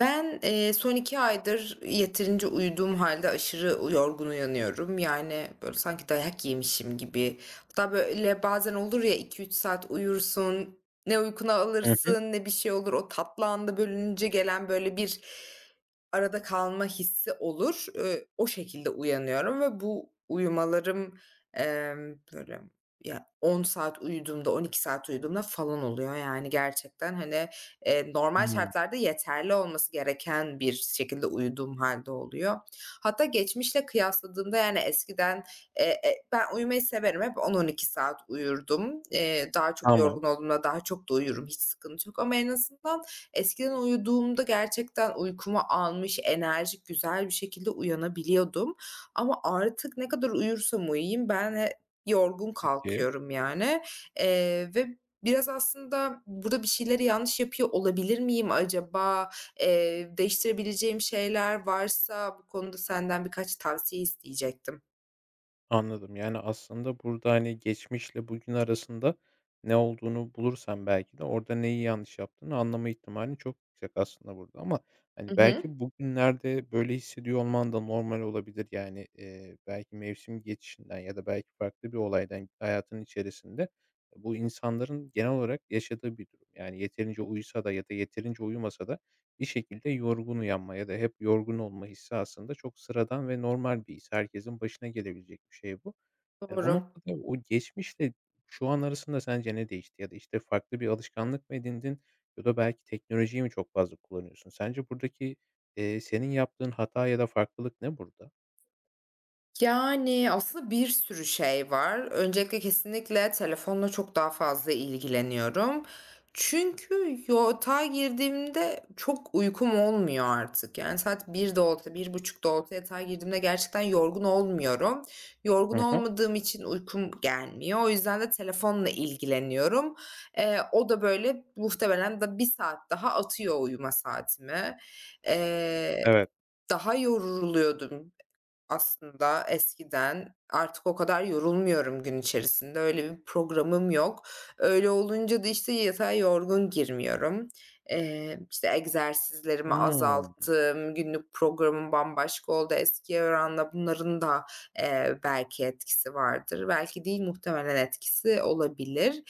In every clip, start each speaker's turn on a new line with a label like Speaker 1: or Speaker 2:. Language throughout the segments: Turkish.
Speaker 1: Ben, son 2 aydır yeterince uyuduğum halde aşırı yorgun uyanıyorum. Yani, böyle, sanki dayak yemişim gibi. Hatta, böyle, bazen olur ya 2-3 saat uyursun, ne uykuna
Speaker 2: Hı hı.
Speaker 1: alırsın ne bir şey olur. O tatlı anda bölününce gelen, böyle, bir arada kalma hissi olur. O şekilde uyanıyorum ve bu uyumalarım, böyle, ya, 10 saat uyuduğumda, 12 saat uyuduğumda falan oluyor. Yani gerçekten, hani, normal
Speaker 2: Hımm.
Speaker 1: şartlarda yeterli olması gereken bir şekilde uyuduğum halde oluyor. Hatta geçmişle kıyasladığımda, yani, eskiden, ben uyumayı severim, hep 10-12 saat uyurdum. Daha çok
Speaker 2: Tamam.
Speaker 1: yorgun olduğumda daha çok da uyurum, hiç sıkıntı yok ama en azından eskiden uyuduğumda gerçekten uykumu almış, enerjik, güzel bir şekilde uyanabiliyordum ama artık ne kadar uyursam uyuyayım ben yorgun
Speaker 2: Peki.
Speaker 1: kalkıyorum, yani, ve biraz aslında burada bir şeyleri yanlış yapıyor olabilir miyim acaba? Değiştirebileceğim şeyler varsa bu konuda senden birkaç tavsiye isteyecektim.
Speaker 2: Anladım. Yani, aslında burada, hani, geçmişle bugün arasında ne olduğunu bulursan belki de orada neyi yanlış yaptığını anlama ihtimalin çok yüksek aslında burada ama,
Speaker 1: I
Speaker 2: hani,
Speaker 1: hı.
Speaker 2: belki bugünlerde böyle hissediyor olman da normal olabilir. Yani, belki mevsim geçişinden ya da belki farklı bir olaydan hayatın içerisinde bu insanların genel olarak yaşadığı bir durum. Yani, yeterince uyusa da ya da yeterince uyumasa da bir şekilde yorgun uyanma ya da hep yorgun olma hissi aslında çok sıradan ve normal bir his. Herkesin başına gelebilecek bir şey bu. Yani o
Speaker 1: Doğru.
Speaker 2: noktada, evet, o geçmişle şu an arasında sence ne değişti? Ya da, işte, farklı bir alışkanlık mı edindin ya da belki teknolojiyi mi çok fazla kullanıyorsun? Sence buradaki, senin yaptığın hata ya da farklılık ne burada?
Speaker 1: Yani, aslında bir sürü şey var. Öncelikle kesinlikle telefonla çok daha fazla ilgileniyorum. Çünkü yatağa girdiğimde çok uykum olmuyor artık. Yani saat 1.00'de olsa, 1.30'da olsa yatağa girdiğimde gerçekten yorgun olmuyorum. Yorgun
Speaker 2: Hı hı.
Speaker 1: olmadığım için uykum gelmiyor. O yüzden de telefonla ilgileniyorum. O da böyle muhtemelen da bir saat daha atıyor uyuma saatimi. Eee,
Speaker 2: Evet.
Speaker 1: Daha yoruluyordum aslında eskiden, artık o kadar yorulmuyorum gün içerisinde. Öyle bir programım yok. Öyle olunca da, işte, yatağa yorgun girmiyorum. İşte, egzersizlerimi
Speaker 2: Hımm.
Speaker 1: azalttım, günlük programım bambaşka oldu eskiye oranla. Bunların da, belki etkisi vardır. Belki değil, muhtemelen etkisi olabilir.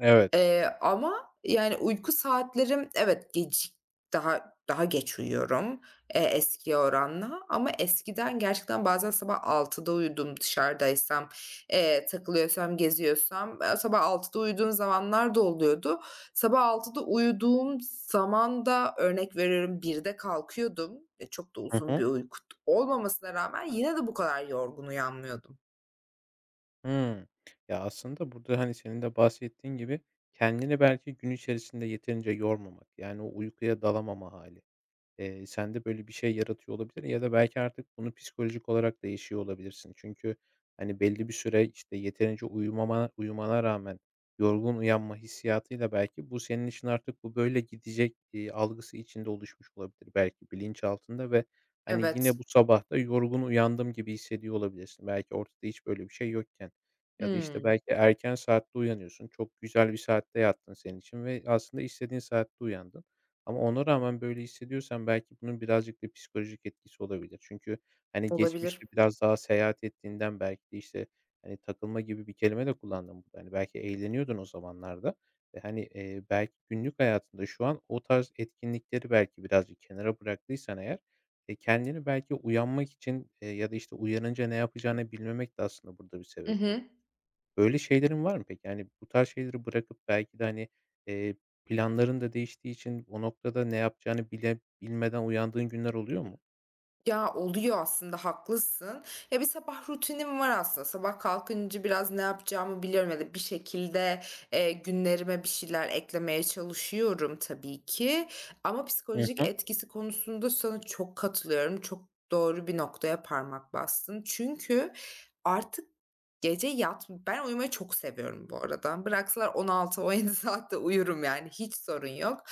Speaker 2: Evet.
Speaker 1: Ama yani uyku saatlerim, evet, daha geç uyuyorum, eskiye oranla ama eskiden gerçekten bazen sabah 6'da uyudum dışarıdaysam, takılıyorsam, geziyorsam, sabah 6'da uyuduğum zamanlar da oluyordu. Sabah 6'da uyuduğum zaman da örnek veriyorum birde kalkıyordum. Çok da
Speaker 2: Hı
Speaker 1: uzun
Speaker 2: hı.
Speaker 1: bir uyku olmamasına rağmen yine de bu kadar yorgun uyanmıyordum.
Speaker 2: Hımm. Ya, aslında burada, hani, senin de bahsettiğin gibi kendini belki gün içerisinde yeterince yormamak, yani, o uykuya dalamama hali. Sende böyle bir şey yaratıyor olabilir ya da belki artık bunu psikolojik olarak da yaşıyor olabilirsin. Çünkü, hani, belli bir süre, işte, yeterince uyumana rağmen yorgun uyanma hissiyatıyla belki senin için artık bu böyle gidecek, algısı içinde oluşmuş olabilir belki bilinçaltında ve, hani, yine
Speaker 1: Evet.
Speaker 2: bu sabah da yorgun uyandım gibi hissediyor olabilirsin. Belki ortada hiç böyle bir şey yokken ya da, işte,
Speaker 1: Hımm.
Speaker 2: belki erken saatte uyanıyorsun. Çok güzel bir saatte yattın senin için ve aslında istediğin saatte uyandın. Ama ona rağmen böyle hissediyorsan belki bunun birazcık da psikolojik etkisi olabilir. Çünkü, hani,
Speaker 1: Olabilir.
Speaker 2: geçmişte biraz daha seyahat ettiğinden belki de, işte, hani, takılma gibi bir kelime de kullandım burada. Hani, belki eğleniyordun o zamanlarda ve, hani, belki günlük hayatında şu an o tarz etkinlikleri belki birazcık kenara bıraktıysan eğer, kendini belki uyanmak için, ya da, işte, uyanınca ne yapacağını bilmemek de aslında burada bir
Speaker 1: Hı
Speaker 2: sebep
Speaker 1: hı.
Speaker 2: olabilir. Öyle şeylerin var mı peki? Yani, bu tarz şeyleri bırakıp belki de, hani, eee, planların da değiştiği için o noktada ne yapacağını bile bilmeden uyandığın günler oluyor mu?
Speaker 1: Ya, oluyor aslında, haklısın. Ya, bir sabah rutinim var aslında. Sabah kalkınca biraz ne yapacağımı biliyorum ya da bir şekilde, günlerime bir şeyler eklemeye çalışıyorum tabii ki. Ama
Speaker 2: Hı
Speaker 1: psikolojik
Speaker 2: hı.
Speaker 1: etkisi konusunda sana çok katılıyorum. Çok doğru bir noktaya parmak bastın. Çünkü artık gece yat ben uyumayı çok seviyorum bu arada. Bıraksalar 16-17 saat de uyurum yani hiç sorun yok.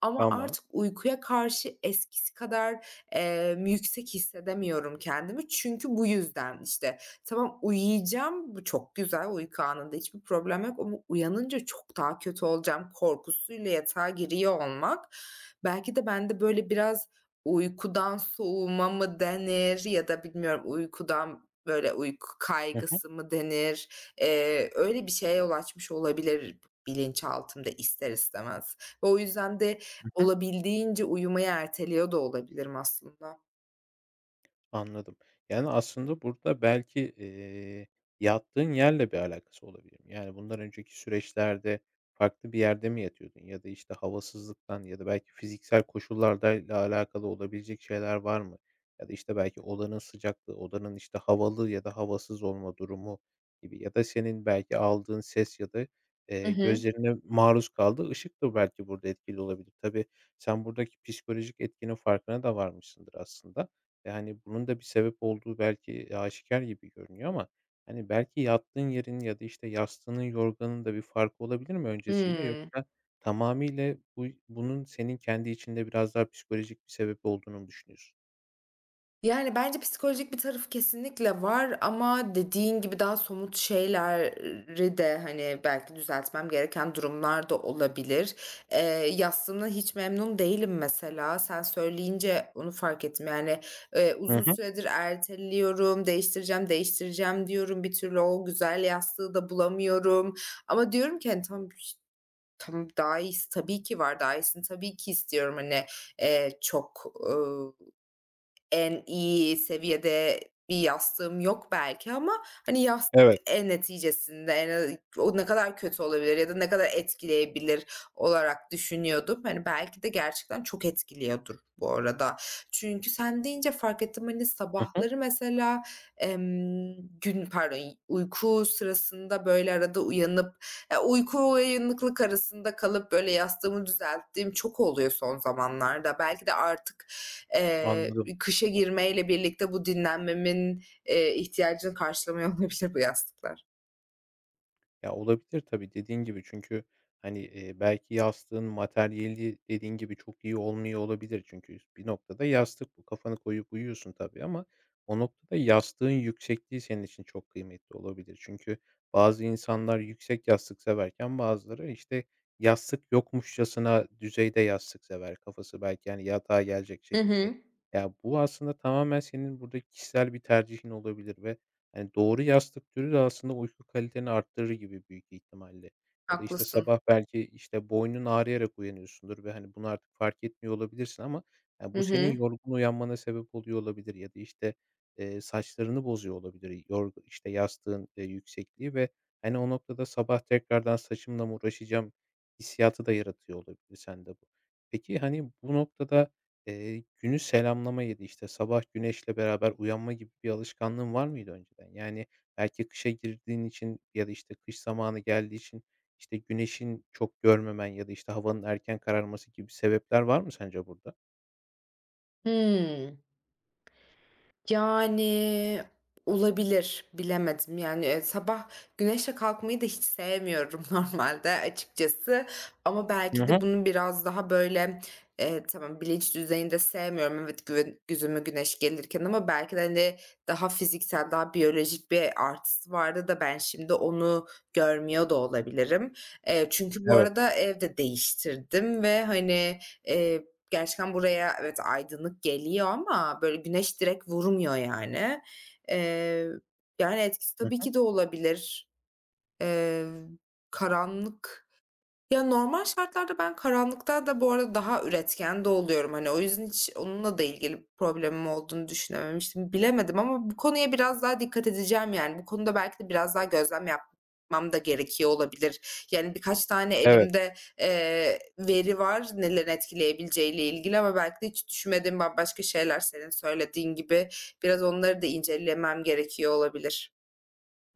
Speaker 1: Ama
Speaker 2: Tamam.
Speaker 1: artık uykuya karşı eskisi kadar yüksek hissedemiyorum kendimi çünkü bu yüzden. İşte tamam, uyuyacağım, bu çok güzel, uyku anında hiçbir problem yok ama uyanınca çok daha kötü olacağım korkusuyla yatağa giriyor olmak belki de bende böyle biraz uykudan soğuma mı denir ya da bilmiyorum, uykudan böyle uyku
Speaker 2: Hı hı.
Speaker 1: kaygısı mı denir? Öyle bir şeye yol açmış olabilir bilinçaltımda ister istemez ve o yüzden de
Speaker 2: Hı hı.
Speaker 1: olabildiğince uyumayı erteliyor da olabilirim aslında.
Speaker 2: Anladım. Yani, aslında burada belki, yattığın yerle bir alakası olabilir mi? Yani, bundan önceki süreçlerde farklı bir yerde mi yatıyordun ya da, işte, havasızlıktan ya da belki fiziksel koşullardayla alakalı olabilecek şeyler var mı? Ya da, işte, belki odanın sıcaklığı, odanın, işte, havalı ya da havasız olma durumu gibi ya da senin belki aldığın ses ya da,
Speaker 1: Hı hı.
Speaker 2: gözlerine maruz kaldığı ışık da belki burada etkili olabilir. Tabii sen buradaki psikolojik etkinin farkına da varmışsındır aslında. E, hani, bunun da bir sebep olduğu belki aşikar gibi görünüyor ama, hani, belki yattığın yerin ya da, işte, yastığının, yorganın da bir farkı olabilir mi öncesiyle?
Speaker 1: Hımm.
Speaker 2: Yoksa tamamıyla bunun senin kendi içinde biraz daha psikolojik bir sebep olduğunu mu düşünüyorsun?
Speaker 1: Yani, bence psikolojik bir tarafı kesinlikle var ama dediğin gibi daha somut şeyleri de, hani, belki düzeltmem gereken durumlar da olabilir. Eee, Yastığımdan hiç memnun değilim mesela. Sen söyleyince onu fark ettim. Yani,
Speaker 2: Hı
Speaker 1: uzun
Speaker 2: hı.
Speaker 1: süredir erteliyorum, değiştireceğim, değiştireceğim diyorum. Bir türlü o güzel yastığı da bulamıyorum ama diyorum ki, hani, tam daha iyisi tabii ki var. Daha iyisini tabii ki istiyorum. Hani, çok, en iyi seviyede bir yastığım yok belki ama, hani, yastık
Speaker 2: Evet.
Speaker 1: neticesinde o ne kadar kötü olabilir ya da ne kadar etkileyebilir olarak düşünüyordum. Hani, belki de gerçekten çok etkiliyordur bu arada. Çünkü sen deyince fark ettim, hani,
Speaker 2: Hı hı.
Speaker 1: sabahları mesela, emm, pardon, uyku sırasında, böyle, arada uyanıp, ya, uyku uyanıklık arasında kalıp, böyle, yastığımı düzelttiğim çok oluyor son zamanlarda. Belki de artık
Speaker 2: Anladım.
Speaker 1: kışa girmeyle birlikte bu dinlenmemin, ihtiyacını karşılamıyor olabilir bu yastıklar.
Speaker 2: Ya, olabilir tabii, dediğin gibi. Çünkü, hani, belki yastığın materyali dediğin gibi çok iyi olmuyor olabilir. Çünkü bir noktada yastık bu. Kafanı koyup uyuyorsun tabii ama o noktada yastığın yüksekliği senin için çok kıymetli olabilir. Çünkü bazı insanlar yüksek yastık severken bazıları, işte, yastık yokmuşçasına düzeyde yastık sever. Kafası belki, yani yatağa gelecek
Speaker 1: Hı
Speaker 2: şekilde.
Speaker 1: hı.
Speaker 2: Ya, bu aslında tamamen senin burada kişisel bir tercihin olabilir ve yani, doğru yastık türü de aslında uyku kaliteni arttırır gibi büyük ihtimalle ya da, işte,
Speaker 1: Haklısın.
Speaker 2: sabah belki, işte, boynun ağrıyarak uyanıyorsundur ve, hani, bunu artık fark etmiyor olabilirsin ama, ya,
Speaker 1: Hı
Speaker 2: bu senin
Speaker 1: hı.
Speaker 2: yorgun uyanmana sebep oluyor olabilir ya da, işte, saçlarını bozuyor olabilir yorgu işte, yastığın, yüksekliği ve, hani, o noktada sabah tekrardan saçımla mı uğraşacağım hissiyatı da yaratıyor olabilir sende bu. Peki, hani, bu noktada eee, günü selamlama ya da, işte, sabah güneşle beraber uyanma gibi bir alışkanlığın var mıydı önceden? Yani, belki kışa girdiğin için ya da, işte, kış zamanı geldiği için, işte, güneşin çok görmemen ya da, işte, havanın erken kararması gibi sebepler var mı sence burada?
Speaker 1: Hımm. Yani, olabilir, bilemedim. Yani, sabah güneşle kalkmayı da hiç sevmiyorum normalde açıkçası ama
Speaker 2: Hı
Speaker 1: belki
Speaker 2: hı.
Speaker 1: de bunu biraz daha, böyle, tamam, bilinç düzeyinde sevmiyorum, evet, güven gözüme güneş gelirken ama belki de, hani, daha fiziksel, daha biyolojik bir artısı vardı da ben şimdi onu görmüyor da olabilirim. Çünkü bu
Speaker 2: Evet.
Speaker 1: arada evde değiştirdim ve, hani, eee, gerçekten buraya, evet, aydınlık geliyor ama böyle güneş direkt vurmuyor yani. Eee, Yani etkisi
Speaker 2: Hı
Speaker 1: tabii
Speaker 2: hı.
Speaker 1: ki de olabilir. Eee, karanlık Ya, normal şartlarda ben karanlıkta da bu arada daha üretken de oluyorum. Hani, o yüzden hiç onunla da ilgili bir problemim olduğunu düşünememiştim. Bilemedim ama bu konuya biraz daha dikkat edeceğim, yani. Bu konuda belki de biraz daha gözlem yapmam da gerekiyor olabilir. Yani, birkaç tane
Speaker 2: Evet.
Speaker 1: elimde, veri var nelerin etkileyebileceğiyle ilgili ama belki de hiç düşünmediğim bambaşka şeyler senin söylediğin gibi. Biraz onları da incelemem gerekiyor olabilir.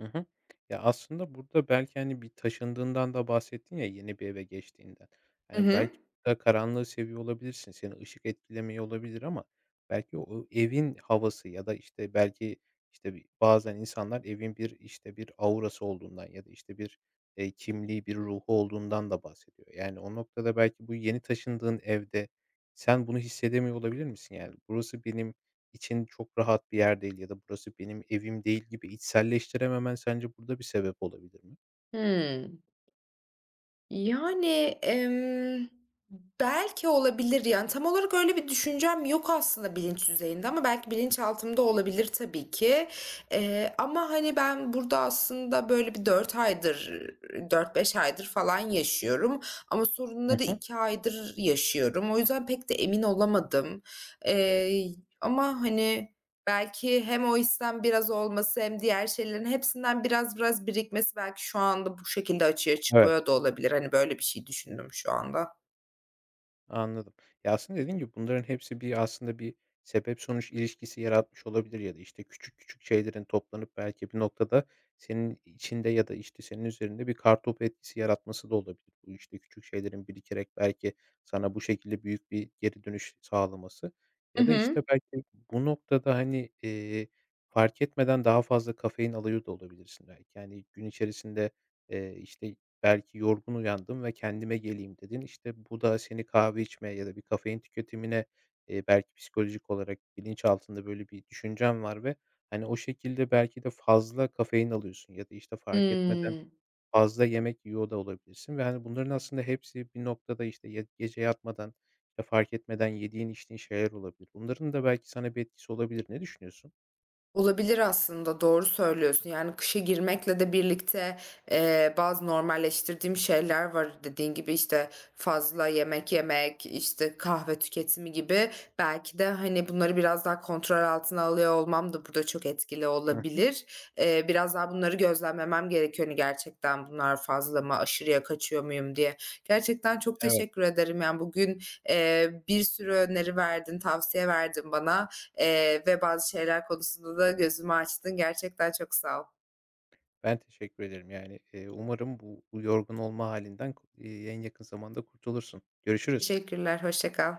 Speaker 2: Hı hı. Ya, aslında burada belki, hani, bir taşındığından da bahsettin ya, yeni bir eve geçtiğinden.
Speaker 1: Hı
Speaker 2: Yani belki
Speaker 1: hı.
Speaker 2: burada karanlığı seviyor olabilirsin, seni ışık etkilemiyor olabilir ama belki o evin havası ya da, işte, belki, işte, bir bazen insanlar evin bir, işte, bir aurası olduğundan ya da, işte, bir, kimliği, bir ruhu olduğundan da bahsediyor. Yani, o noktada belki bu yeni taşındığın evde sen bunu hissedemiyor olabilir misin? Yani, burası benim için çok rahat bir yer değil ya da burası benim evim değil gibi içselleştirememen sence burada bir sebep olabilir mi?
Speaker 1: Hıı. Yani, emm, belki olabilir, yani, tam olarak öyle bir düşüncem yok aslında bilinç düzeyinde ama belki bilinçaltımda olabilir tabii ki. Ama, hani, ben burada aslında böyle 4-5 aydır falan yaşıyorum ama
Speaker 2: Hı
Speaker 1: sorunları
Speaker 2: hı.
Speaker 1: 2 aydır yaşıyorum. O yüzden pek de emin olamadım. Eee, Ama, hani, belki hem o isten biraz olması hem diğer şeylerin hepsinden biraz biraz birikmesi belki şu anda bu şekilde açığa
Speaker 2: Evet.
Speaker 1: çıkıyor da olabilir. Hani, böyle bir şey düşündüm şu anda.
Speaker 2: Anladım. Ya, aslında dediğin gibi bunların hepsi aslında bir sebep sonuç ilişkisi yaratmış olabilir ya da, işte, küçük küçük şeylerin toplanıp belki bir noktada senin içinde ya da, işte, senin üzerinde bir kartopu etkisi yaratması da olabilir. Bu, işte, küçük şeylerin birikerek belki sana bu şekilde büyük bir geri dönüş sağlaması
Speaker 1: Hı
Speaker 2: ya da, işte,
Speaker 1: hı.
Speaker 2: belki bu noktada, hani, fark etmeden daha fazla kafein alıyor da olabilirsin belki. Yani, gün içerisinde, işte, belki yorgun uyandın ve kendime geleyim dedin. İşte bu da seni kahve içmeye ya da bir kafein tüketimine, belki psikolojik olarak bilinçaltında böyle bir düşüncen var ve, hani, o şekilde belki de fazla kafein alıyorsun ya da, işte, fark etmeden
Speaker 1: Hımm.
Speaker 2: fazla yemek yiyor da olabilirsin ve, hani, bunların aslında hepsi bir noktada, işte, ya gece yatmadan, ya fark etmeden yediğin içtiğin şeyler olabilir. Bunların da belki sana bir etkisi olabilir. Ne düşünüyorsun?
Speaker 1: Olabilir aslında, doğru söylüyorsun. Yani kışa girmekle de birlikte, bazı normalleştirdiğim şeyler var. Dediğin gibi, işte, fazla yemek yemek, işte, kahve tüketimi gibi. Belki de, hani, bunları biraz daha kontrol altına alıyor olmam da burada çok etkili
Speaker 2: Hı hı.
Speaker 1: olabilir. Biraz daha bunları gözlemlemem gerekiyor. Hani, gerçekten bunlar fazla mı, aşırıya kaçıyor muyum diye. Gerçekten çok
Speaker 2: Evet.
Speaker 1: teşekkür ederim. Yani, bugün, bir sürü öneri verdin, tavsiye verdin bana. Ve Bazı şeyler konusunda da gözümü açtın. Gerçekten çok sağ ol.
Speaker 2: Ben teşekkür ederim. Yani, umarım bu yorgun olma halinden ku en yakın zamanda kurtulursun. Görüşürüz.
Speaker 1: Teşekkürler, hoşça kal.